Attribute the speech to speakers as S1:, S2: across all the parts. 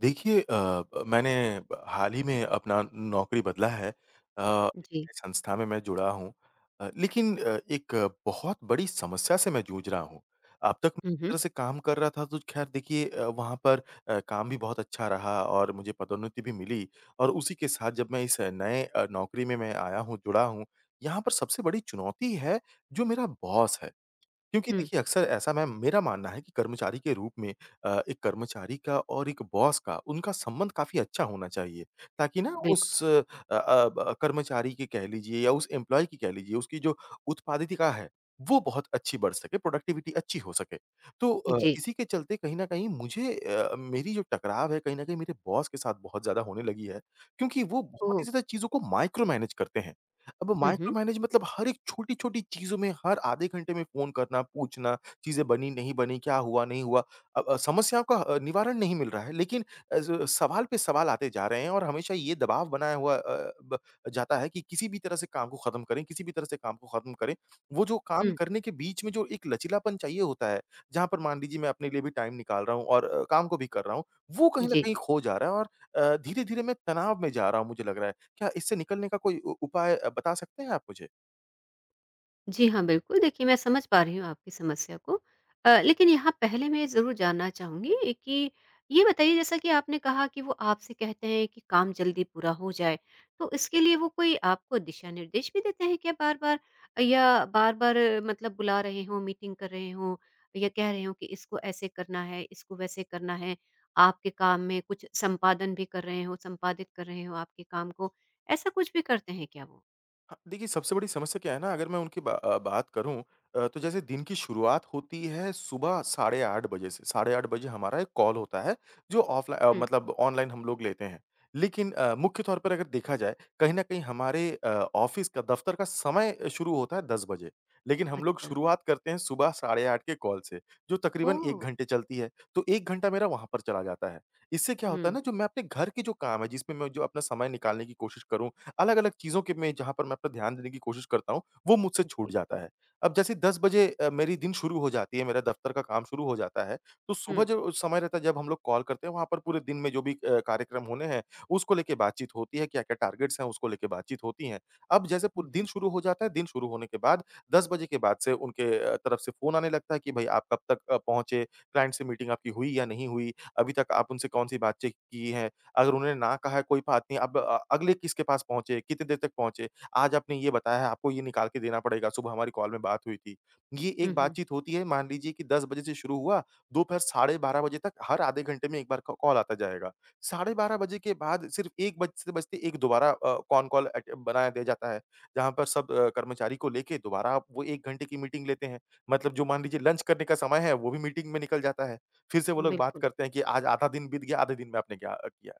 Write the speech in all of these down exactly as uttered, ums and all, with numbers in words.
S1: देखिए अ, ब मैंने ब हाल ही में अपना नौकरी बदला है। अ, एक
S2: जी।
S1: नई संस्था में मैं जुड़ा हूँ। अ, लेकिन अ, एक बहुत बड़ी समस्या से मैं जूझ रहा हूँ। अब तक मैं
S2: हुँ,
S1: जिस
S2: हुँ।
S1: तरह से काम कर रहा था तो ख़ैर देखिए अ, वहाँ पर अ, काम भी बहुत अच्छा रहा और मुझे पदोन्नति भी मिली और उसी के साथ जब मैं इस नए अ, नौकरी में मैं आया हूँ, जुड़ा हूँ, यहाँ पर सबसे बड़ी चुनौती है जो मेरा बॉस है। क्योंकि
S2: हुँ,
S1: देखिए, अक्सर ऐसा मैं मेरा मानना है कि कर्मचारी के रूप में अ, एक कर्मचारी का और एक बॉस का, उनका संबंध काफ़ी अच्छा होना चाहिए, ताकि ना
S2: बिल्कुल।
S1: उस अ अ, ब कर्मचारी की कह लीजिए या उस एम्प्लॉयी की कह लीजिए, उसकी जो उत्पादकता है, वो बहुत अच्छी बढ़ सके, प्रोडक्टिविटी अच्छी हो सके। तो अ,
S2: जी।
S1: इसी के चलते कहीं न कहीं मुझे अ, मेरी जो टकराव है, कहीं न कहीं मेरे बॉस के साथ बहुत ज़्यादा होने लगी है, क्योंकि वो बहुत
S2: ओह!
S1: ही ज़्यादा चीज़ों को माइक्रो मैनेज करते हैं। अब
S2: हुँ,
S1: माइक्रो
S2: हुँ।
S1: मैनेज मतलब हर एक छोटी-छोटी चीज़ों में हर आधे घंटे में फ़ोन करना, पूछना, चीज़ें बनी, नहीं बनी, क्या हुआ, नहीं हुआ। अ अ, समस्याओं का अ, निवारण नहीं मिल रहा है लेकिन अ, ज सवाल पे सवाल आते जा रहे हैं और हमेशा ये दबाव बनाया हुआ अ, ब जाता है कि किसी भी तरह से काम को ख़त्म करें, किसी भी तरह से काम को ख़त्म करें। वो जो काम
S2: हुँ,
S1: करने के बीच में जो एक लचीलापन चाहिए होता है, जहाँ पर मान लीजिए मैं अपने लिए भी टाइम निकाल रहा हूँ और अ, काम को भी कर रहा हूँ, वो कहीं न
S2: जी।
S1: कहीं खो जा रहा है और अ, धीरे-धीरे मैं तनाव में जा रहा हूँ मुझे लग रहा है। क्या इससे निकलने का कोई उ उपाय अ, बता सकते हैं आप मुझे?
S2: जी हाँ, बिल्कुल। देखिए, मैं समझ पा रही हूँ आपकी समस्या को। अ, लेकिन यहाँ पहले मैं ज़रूर जानना चाहूँगी कि ये बताइए, जैसा कि आपने कहा कि वो आपसे कहते हैं कि काम जल्दी पूरा हो जाए, तो इसके लिए वो कोई आपको दिशा-निर्देश भी देते हैं क्या बार-बार? या बार-बार मतलब बुला रहे हों, मीटिंग कर रहे हों या कह रहे हों कि इसको ऐसे करना है, इसको वैसे करना है, आपके काम में कुछ संपादन भी कर रहे हों, संपादित कर रहे हों आपके काम को, ऐसा कुछ भी करते हैं क्या वो?
S1: हाँ, देखिए सबसे बड़ी समस्या क्या है ना अगर मैं उनकी बा अ, बात करूँ अ, तो जैसे दिन की शुरुआत होती है सुबह साढ़े आठ बजे से, साढ़े आठ बजे हमारा एक कॉल होता है जो ऑफ़लाइ अ,
S2: हुँ।
S1: मतलब ऑनलाइन हम लोग लेते हैं। लेकिन अ, मुख्य तौर पर अगर देखा जाए कहीं न कहीं हमारे अ, ऑफ़िस का दफ़्तर का समय शुरू होता है दस बजे। लेकिन हम लोग
S2: अच्छा।
S1: शुरुआत करते हैं सुबह साढ़े आठ के कॉल से जो तकरीबन एक
S2: ओह!
S1: घंटे चलती है। तो एक घंटा मेरा वहाँ पर चला जाता है। इससे क्या होता है
S2: हुँ।
S1: ना जो मैं अपने घर के जो काम है जिसमें मैं जो अपना समय निकालने की कोशिश करूँ अलग-अलग चीज़ों के में जहाँ पर मैं अपना ध्यान देने की कोशिश करता हूँ, वो मुझसे छूट
S2: जी।
S1: जाता है। अब जैसे दस बजे अ, मेरी दिन शुरू हो जाती है, मेरा दफ्तर का काम शुरू हो जाता है, तो सुबह
S2: हुँ।
S1: जो समय रहता है जब हम लोग कॉल करते हैं, वहाँ पर पूरे दिन में जो भी अ, कार्यक्रम होने हैं, उसको लेके बातचीत होती है, क्या-क्या टारगेट्स हैं, उसको लेके बातचीत होती हैं। अब जैसे पू
S2: हुँ,
S1: दिन
S2: हुँ।
S1: शुरू हो जाता है, दिन शुरू होने के बाद दस बजे के बाद से उनके अ, तरफ से फ़ोन आने लगता है कि भई आप कब तक अ, पहुँचे, क्लाइंट से मीटिंग आपकी हुई या नहीं हुई, अभी तक आप उनसे कौन-सी बातचीत की है अगर उन्होंने ना कहा है कोई बात नहीं अब अ, अगले किसके पास पहुँचे, कितनी देर तक पहुँचे, आज आपने ये बताया है आपको ये निकाल के देना पड़ेगा, सुबह हमारी कॉल में बात हुई थी। ये
S2: हुँ,
S1: एक
S2: हुँ।
S1: बातचीत होती है मान लीजिए कि दस बजे से शुरू हुआ, दोपहर साढ़े बारह बजे तक हर आधे घंटे में एक बार क कॉल आता जाएगा। साढ़े बारह बजे के बाद सिर्फ एक बजते-बजते एक दोबारा अ, कॉन कॉल अट बनाया दिया जाता है, जहाँ पर सब अ, कर्मचारी को लेके दोबारा आप वो एक घंटे की मीटिंग लेते हैं। मतलब जो मान लीजिए लंच करने का समय है, वो भी मीटिंग में निकल जाता है। फिर से वो लोग बात
S2: बिल्कुल।
S1: करते हैं कि आज आधा दिन बीत गया, आधे दिन में आपने क्या अ, किया।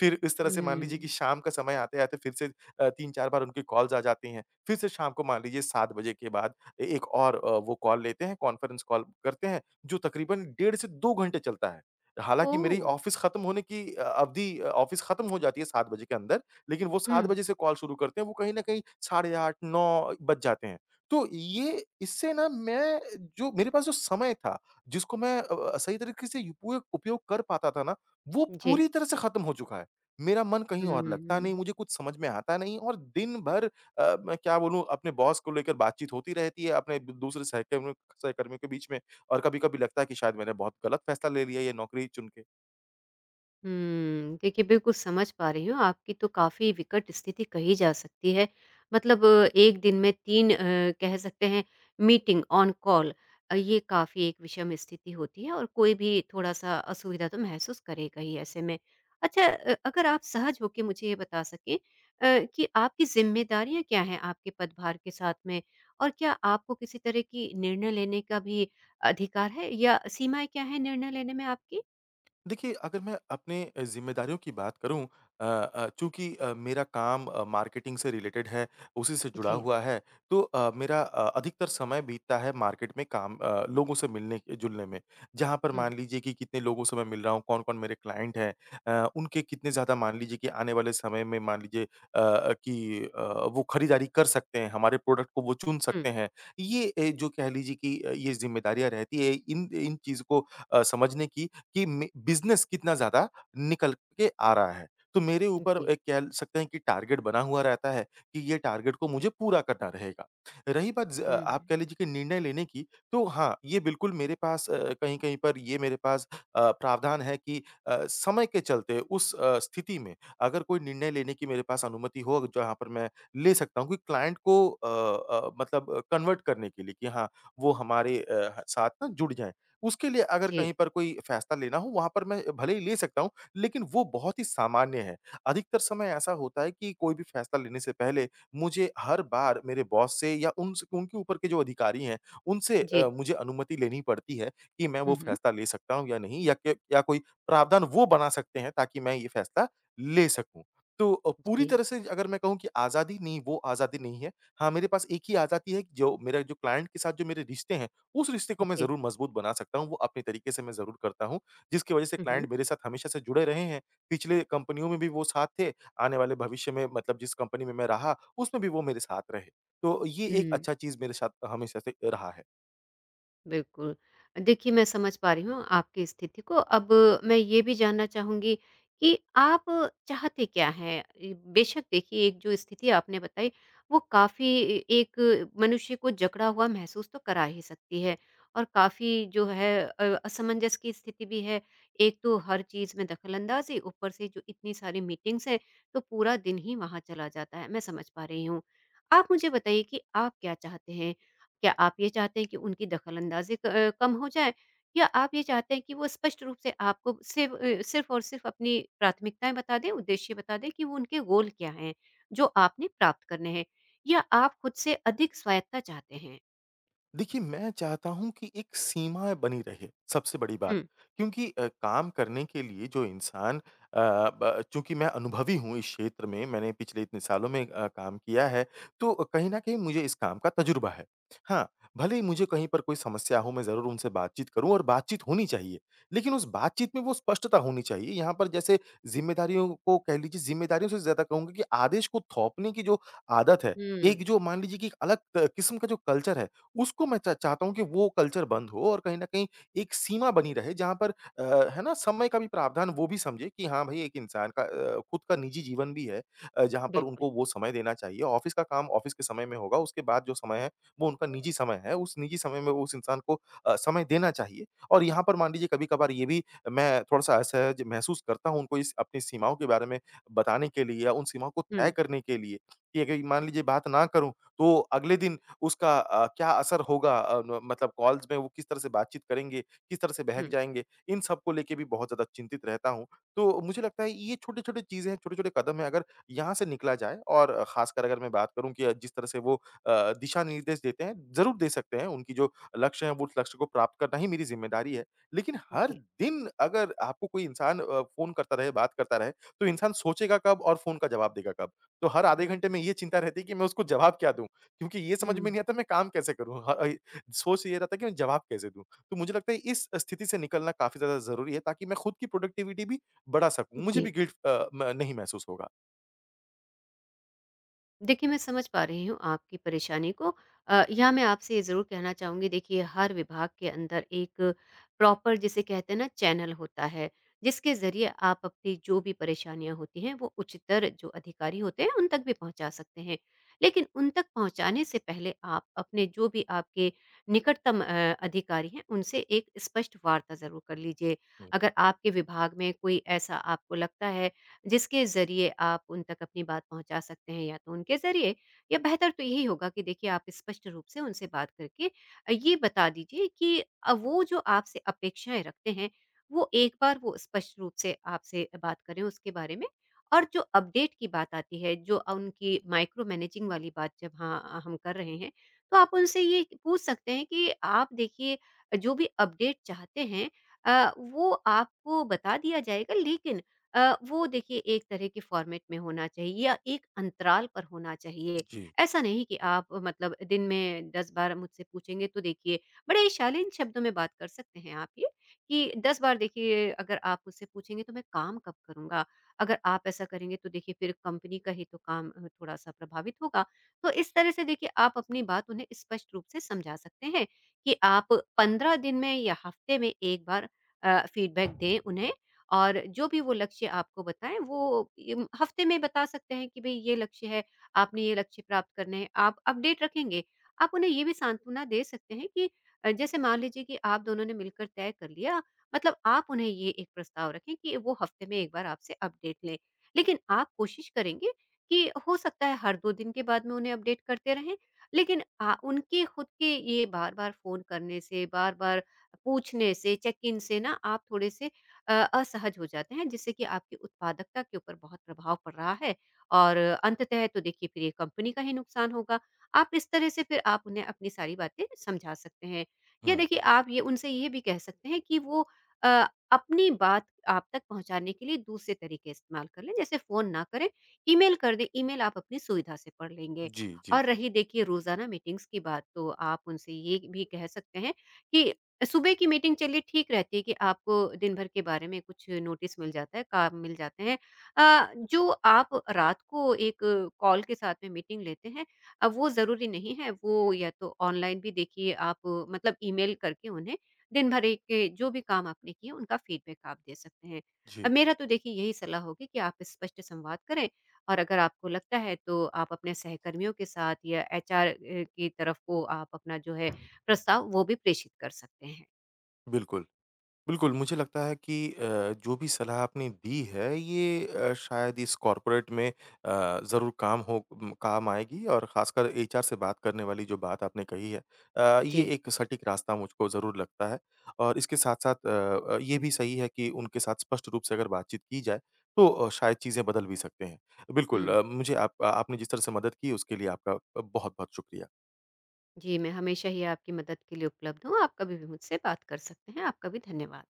S1: फिर इस तरह से मान लीजिए कि
S2: हुँ।
S1: शाम का समय आते-आते फिर से अ, तीन चार बार उनकी कॉल्स आ जाती हैं। फिर से शाम को मान लीजिए सात बजे के बाद ए एक और अ, वो कॉल लेते हैं, कॉन्फ्रेंस कॉल करते हैं, जो तकरीबन डेढ़ से दो घंटे चलता है। हालाँकि मेरी
S2: ओह!
S1: ऑफ़िस खत्म होने की अ, अवधि अ, ऑफ़िस खत्म हो जाती है सात बजे के अंदर, लेकिन वो सात
S2: हुँ।
S1: बजे से कॉल शुरू करते हैं, वो कहीं न कहीं साढ़े आठ नौ बज जाते हैं। तो ये इससे ना मैं जो मेरे पास जो समय था, जिसको मैं अ अ, सही तरीके से उपयोग उपयोग कर पाता था ना, वो
S2: जी।
S1: पूरी तरह से खत्म हो चुका है। मेरा मन कहीं और लगता नहीं,
S2: हुँ।
S1: मुझे कुछ समझ में आता नहीं और दिन भर अ, मैं क्या बोलूँ अपने बॉस को लेकर बातचीत होती रहती है, अपने द दूसरे सहकर्मियों सहकर्मियों के बीच में और कभी-कभी लगता है कि शायद मैंने बहुत गलत फैसला ले लिया ये नौकरी चुन के।
S2: हुँ। देखिए, बिल्कुल समझ पा रही हूँ, आपकी तो काफ़ी विकट स्थिति कही जा सकती है। मतलब एक दिन में तीन अ, कह सकते हैं मीटिंग ऑन कॉल, अ, ये काफ़ी एक विषम स्थिति होती है और कोई भी थोड़ा-सा असुविधा तो महसूस करेगा ही ऐसे में। अच्छा, अ, अगर आप सहज होके मुझे ये बता सकें अ, कि आपकी ज़िम्मेदारियाँ क्या हैं आपके पदभार के साथ में? और क्या आपको किसी तरह की निर्णय लेने का भी अधिकार है या सीमाएँ क्या हैं निर्णय लेने में आपकी?
S1: देखिए, अगर मैं अपने अ, ज़िम्मेदारियों की बात करूँ अ अ, चूँकि अ, मेरा काम अ, मार्केटिंग से रिलेटेड है, उसी से जुड़ा
S2: जी।
S1: हुआ है, तो अ, मेरा अ, अधिकतर समय बीतता है मार्केट में काम अ, लोगों से मिलने-जुलने में। जहाँ पर
S2: हुँ,
S1: मान लीजिए कि कितने लोगों से मैं मिल रहा हूँ, कौन-कौन मेरे क्लाइंट हैं अ, उनके कितने ज़्यादा मान लीजिए कि आने वाले समय में मान लीजिए अ अ, कि अ, वो खरीदारी कर सकते हैं, हमारे प्रोडक्ट को वो चुन
S2: हुँ।
S1: सकते हैं। ये ए, जो कह लीजिए कि अ, ये ज़िम्मेदारियाँ रहती है, इन इन चीज़ को अ, समझने की कि मे बिज़नेस कितना ज़्यादा निकल के आ रहा है। तो मेरे ऊपर
S2: जी।
S1: अ, कह सकते हैं कि टारगेट बना हुआ रहता है कि ये टारगेट को मुझे पूरा करना रहेगा। रही बात ज
S2: हुँ,
S1: आप
S2: हुँ।
S1: कह लीजिए कि निर्णय लेने की, तो हाँ, ये बिल्कुल मेरे पास अ, कहीं-कहीं पर ये मेरे पास अ, प्रावधान है कि अ, समय के चलते उस अ, स्थिति में अगर कोई निर्णय लेने की मेरे पास अनुमति हो जहाँ पर मैं ले सकता हूँ कि क्लाइंट को अ अ, मतलब कन्वर्ट करने के लिए कि हाँ, वो हमारे अ, साथ ना जुड़ जाएँ। उसके लिए अगर
S2: जी,
S1: कहीं पर कोई फैसला लेना हो वहाँ पर मैं भले ही ले सकता हूँ, लेकिन वो बहुत ही सामान्य है। अधिकतर समय ऐसा होता है कि कोई भी फैसला लेने से पहले मुझे हर बार मेरे बॉस से या उनस उनके ऊपर के जो अधिकारी हैं, उनसे अ,
S2: जी।
S1: मुझे अनुमति लेनी पड़ती है कि मैं वो
S2: हुँ, हुँ।
S1: फैसला ले सकता हूँ या नहीं या क या कोई प्रावधान वो बना सकते हैं ताकि मैं ये फैसला ले सकूँ। तो अ, पूरी
S2: जी,
S1: तरह से अगर मैं कहूँ कि आज़ादी नहीं, वो आज़ादी नहीं है। हाँ, मेरे पास एक ही आज़ादी है कि जो मेरा जो क्लाइंट के साथ जो मेरे रिश्ते हैं उस रिश्ते को मैं
S2: जी।
S1: ज़रूर मजबूत बना सकता हूँ, वो अपने तरीके से मैं ज़रूर करता हूँ, जिसकी वज़ह से
S2: हुँ,
S1: क्लाइंट
S2: हुँ।
S1: मेरे साथ हमेशा से जुड़े रहे हैं। पिछले कंपनियों में भी वो साथ थे, आने वाले भविष्य में मतलब जिस कंपनी में मैं रहा, उसमें भी वो मेरे साथ रहे। तो ये एक
S2: हुँ।
S1: अच्छा चीज़ मेरे साथ हमेशा से रहा है।
S2: बिल्कुल। देखिए, मैं समझ पा रही हूँ आपकी स्थिति को। अब मैं ये भी जानना चाहूँगी कि आप चाहते क्या हैं? इ बेशक देखिए, एक जो स्थिति आपने बताई, वो काफ़ी ए एक मनुष्य को जकड़ा हुआ महसूस तो करा ही सकती है और काफ़ी जो है अ, असमंजस की स्थिति भी है। एक तो हर चीज़ में दखलअंदाज़ी, ऊपर से जो इतनी सारी मीटिंग्स हैं, तो पूरा दिन ही वहाँ चला जाता है। मैं समझ पा रही हूँ। आप मुझे बताइए कि आप क्या चाहते हैं? क्या आप ये चाहते हैं कि उनकी दखलअंदाज़ी क अ, कम हो जाए, या आप ये चाहते हैं कि वो स्पष्ट रूप से आपको सिर्फ़ अ, सिर्फ़ और सिर्फ़ अपनी प्राथमिकताएँ बता दें, उद्देश्य बता दें कि वो उनके गोल क्या हैं, जो आपने प्राप्त करने हैं? या आप खुद से अधिक स्वायत्तता चाहते हैं?
S1: देखिए, मैं चाहता हूँ कि एक सीमा बनी रहे, सबसे बड़ी बात।
S2: हुँ,
S1: क्योंकि अ, काम करने के लिए जो इंसान अ, ब चूँकि मैं अनुभवी हूँ इस क्षेत्र में, मैंने पिछले इतने सालों में अ, काम किया है, तो कहीं न कहीं मुझे इस काम का तजुर्बा है। हाँ, भले ही मुझे कहीं पर कोई समस्या हो, मैं ज़रूर उनसे बातचीत करूँ और बातचीत होनी चाहिए। लेकिन उस बातचीत में वो स्पष्टता होनी चाहिए। यहाँ पर जैसे ज़िम्मेदारियों को कह लीजिए, ज़िम्मेदारियों से ज़्यादा कहूँगा कि आदेश को थोपने की जो आदत है,
S2: हुँ,
S1: एक जो मान लीजिए कि एक अलग त किस्म का जो कल्चर है, उसको मैं चा चाहता हूँ कि वो कल्चर बंद हो और कहीं न कहीं एक सीमा बनी रहे जहाँ पर अ, है ना? समय का भी प्रावधान वो भी समझे कि हाँ भई एक इंसान का अ, खुद का निजी जीवन भी है अ, जहाँ पर
S2: बिल्कुल।
S1: उनको वो समय देना चाहिए। ऑफ़िस का काम ऑफ़िस के समय में होगा, उसके बाद जो समय है वो उनका निजी समय है। उस निजी समय में उस इंसान को अ, समय देना चाहिए और यहाँ पर मान लीजिए कभी-कभार ये भी मैं थोड़ा-सा असहज महसूस करता हूँ उनको इस अपनी सीमाओं के बारे में बताने के लिए या उन सीमाओं को तय
S2: हुँ,
S1: करने के लिए कि अगर मान लीजिए बात ना करूँ, तो अगले दिन उसका अ, क्या असर होगा अ, न मतलब कॉल्स में वो किस तरह से बातचीत करेंगे, किस तरह से बहक
S2: हुँ,
S1: जाएँगे, इन सब को लेके भी बहुत ज़्यादा चिंतित रहता हूँ। तो मुझे लगता है ये छोटे-छोटे चीज़ें हैं, छोटे-छोटे कदम हैं, अगर यहाँ से निकला जाए और ख़ासकर अगर मैं बात करूँ कि अ, जिस तरह से वो अ, दिशा निर्देश देते हैं, ज़रूर दे सकते हैं, उनकी जो लक्ष्य है, वो उस लक्ष्य को प्राप्त करना ही मेरी ज़िम्मेदारी है। लेकिन हर
S2: जी,
S1: दिन अगर आपको कोई इंसान अ, फ़ोन करता रहे, बात करता रहे, तो इंसान सोचेगा कब और फ़ोन का जवाब देगा कब? तो हर आधे घंटे
S2: बिल्कुल।
S1: में ये चिंता रहती है कि मैं उसको जवाब क्या दूँ? क्योंकि ये समझ में
S2: हुँ,
S1: नहीं आता मैं काम कैसे करूँ? ह अइ सोच ये रहता है कि मैं जवाब कैसे दूँ? तो मुझे लगता है इस स्थिति से निकलना काफ़ी ज़्यादा ज़रूरी है ताकि मैं खुद की प्रोडक्टिविटी भी बढ़ा सकूँ। मुझे भी
S2: जी।
S1: गिल्ट अ, म नहीं महसूस होगा।
S2: देखिए, मैं समझ पा रही हूँ आपकी परेशानी को। अ, यहाँ मैं आपसे ये ज़रूर कहना चाहूँगी, देखिए हर विभाग के अंदर एक प्रॉपर, जिसे कहते हैं ना, चैनल होता है, जिसके ज़रिए आप अपनी जो भी परेशानियाँ होती हैं वो उच्चतर जो अधिकारी होते हैं उन तक भी पहुँचा सकते हैं। लेकिन उन तक पहुँचाने से पहले आप अपने जो भी आपके निकटतम अ, अधिकारी हैं, उनसे एक स्पष्ट वार्ता ज़रूर कर लीजिए।
S1: हुँ।
S2: अगर आपके विभाग में कोई ऐसा आपको लगता है जिसके ज़रिए आप उन तक अपनी बात पहुँचा सकते हैं, या तो उनके ज़रिए, या बेहतर तो यही होगा कि देखिए आप स्पष्ट रूप से उनसे बात करके अ, ये बता दीजिए कि अ, वो जो आपसे अपेक्षाएँ रखते हैं वो एक बार वो स्पष्ट रूप से आपसे बात करें उसके बारे में। और जो अपडेट की बात आती है, जो अ, उनकी माइक्रो मैनेजिंग वाली बात जब हाँ हम कर रहे हैं, तो आप उनसे ये पूछ सकते हैं कि आप देखिए जो भी अपडेट चाहते हैं, अ, वो आपको बता दिया जाएगा, लेकिन अ, वो देखिए एक तरह के फॉर्मेट में होना चाहिए या एक अंतराल पर होना चाहिए।
S1: जी।
S2: ऐसा नहीं कि आप मतलब दिन में दस बार मुझसे पूछेंगे, तो देखिए बड़े शालीन शब्दों में बात कर सकते हैं आप ये, कि दस बार देखिए अगर आप मुझसे पूछेंगे तो मैं काम कब करूँगा? अगर आप ऐसा करेंगे तो देखिए फिर कंपनी का ही तो काम अ, थोड़ा-सा प्रभावित होगा। तो इस तरह से देखिए आप अपनी बात उन्हें स्पष्ट रूप से समझा सकते हैं कि आप पंद्रह दिन में या हफ्ते में एक बार अ, फीडबैक दें उन्हें, और जो भी वो लक्ष्य आपको बताएँ वो इम हफ्ते में बता सकते हैं कि भई ये लक्ष्य है, आपने ये लक्ष्य प्राप्त करने हैं, आप अपडेट रखेंगे। आप उन्हें ये भी सांत्वना दे सकते हैं कि अ, जैसे मान लीजिए कि आप दोनों ने मिलकर तय कर लिया, मतलब आप उन्हें ये एक प्रस्ताव रखें कि वो हफ्ते में एक बार आपसे अपडेट लें। लेकिन आप कोशिश करेंगे कि हो सकता है हर दो दिन के बाद में उन्हें अपडेट करते रहें, लेकिन आ उनके खुद के ये बार-बार फ़ोन करने से, बार-बार पूछने से, चेक-इन से ना आप थोड़े से अ, असहज हो जाते हैं, जिससे कि आपकी उत्पादकता के ऊपर बहुत प्रभाव पड़ रहा है, और अंततः तो देखिए फिर ये कंपनी का ही नुकसान होगा। आप इस तरह से फिर आप उन्हें अपनी सारी बातें समझा सकते हैं। या
S1: हुँ।
S2: देखिए आप ये उनसे ये भी कह सकते हैं कि वो अ, अपनी बात आप तक पहुँचाने के लिए दूसरे तरीके इस्तेमाल कर लें, जैसे फ़ोन ना करें, ईमेल कर दें, ईमेल आप अपनी सुविधा से पढ़ लेंगे।
S1: जी, जी,
S2: और रही देखिए रोज़ाना मीटिंग्स की बात, तो आप उनसे ये भी कह सकते हैं कि सुबह की मीटिंग चलिए ठीक रहती है कि आपको दिन भर के बारे में कुछ नोटिस मिल जाता है, काम मिल जाते हैं। अ, जो आप रात को एक कॉल के साथ में मीटिंग लेते हैं, अ, वो ज़रूरी नहीं है, वो या तो ऑनलाइन भी देखिए आप मतलब ईमेल करके उन्हें दिन भर के जो भी काम आपने किए उनका फीडबैक आप दे सकते हैं। अ,
S1: जी।
S2: मेरा तो देखिए यही सलाह होगी कि आप स्पष्ट संवाद करें, और अगर आपको लगता है तो आप अपने सहकर्मियों के साथ या एचआर अ, की तरफ को आप अपना जो है प्रस्ताव वो भी प्रेषित कर सकते हैं।
S1: बिल्कुल। बिल्कुल, मुझे लगता है कि अ, जो भी सलाह आपने दी है ये अ, शायद इस कॉर्पोरेट में अ, ज़रूर काम हो उम, काम आएगी और ख़ासकर एच आर से बात करने वाली जो बात आपने कही है अ, ये
S2: जी।
S1: एक सटीक रास्ता मुझको ज़रूर लगता है। और इसके साथ-साथ अ अ, ये भी सही है कि उनके साथ स्पष्ट रूप से अगर बातचीत की जाए तो अ, शायद चीज़ें बदल भी सकते हैं। बिल्कुल
S2: हुँ।
S1: अ, मुझे आप आपने जिस तरह से मदद की उसके लिए आपका अ, बहुत-बहुत शुक्रिया।
S2: जी, मैं हमेशा ही आपकी मदद के लिए उपलब्ध हूँ। आप कभी भी मुझसे बात कर सकते हैं। आपका भी धन्यवाद।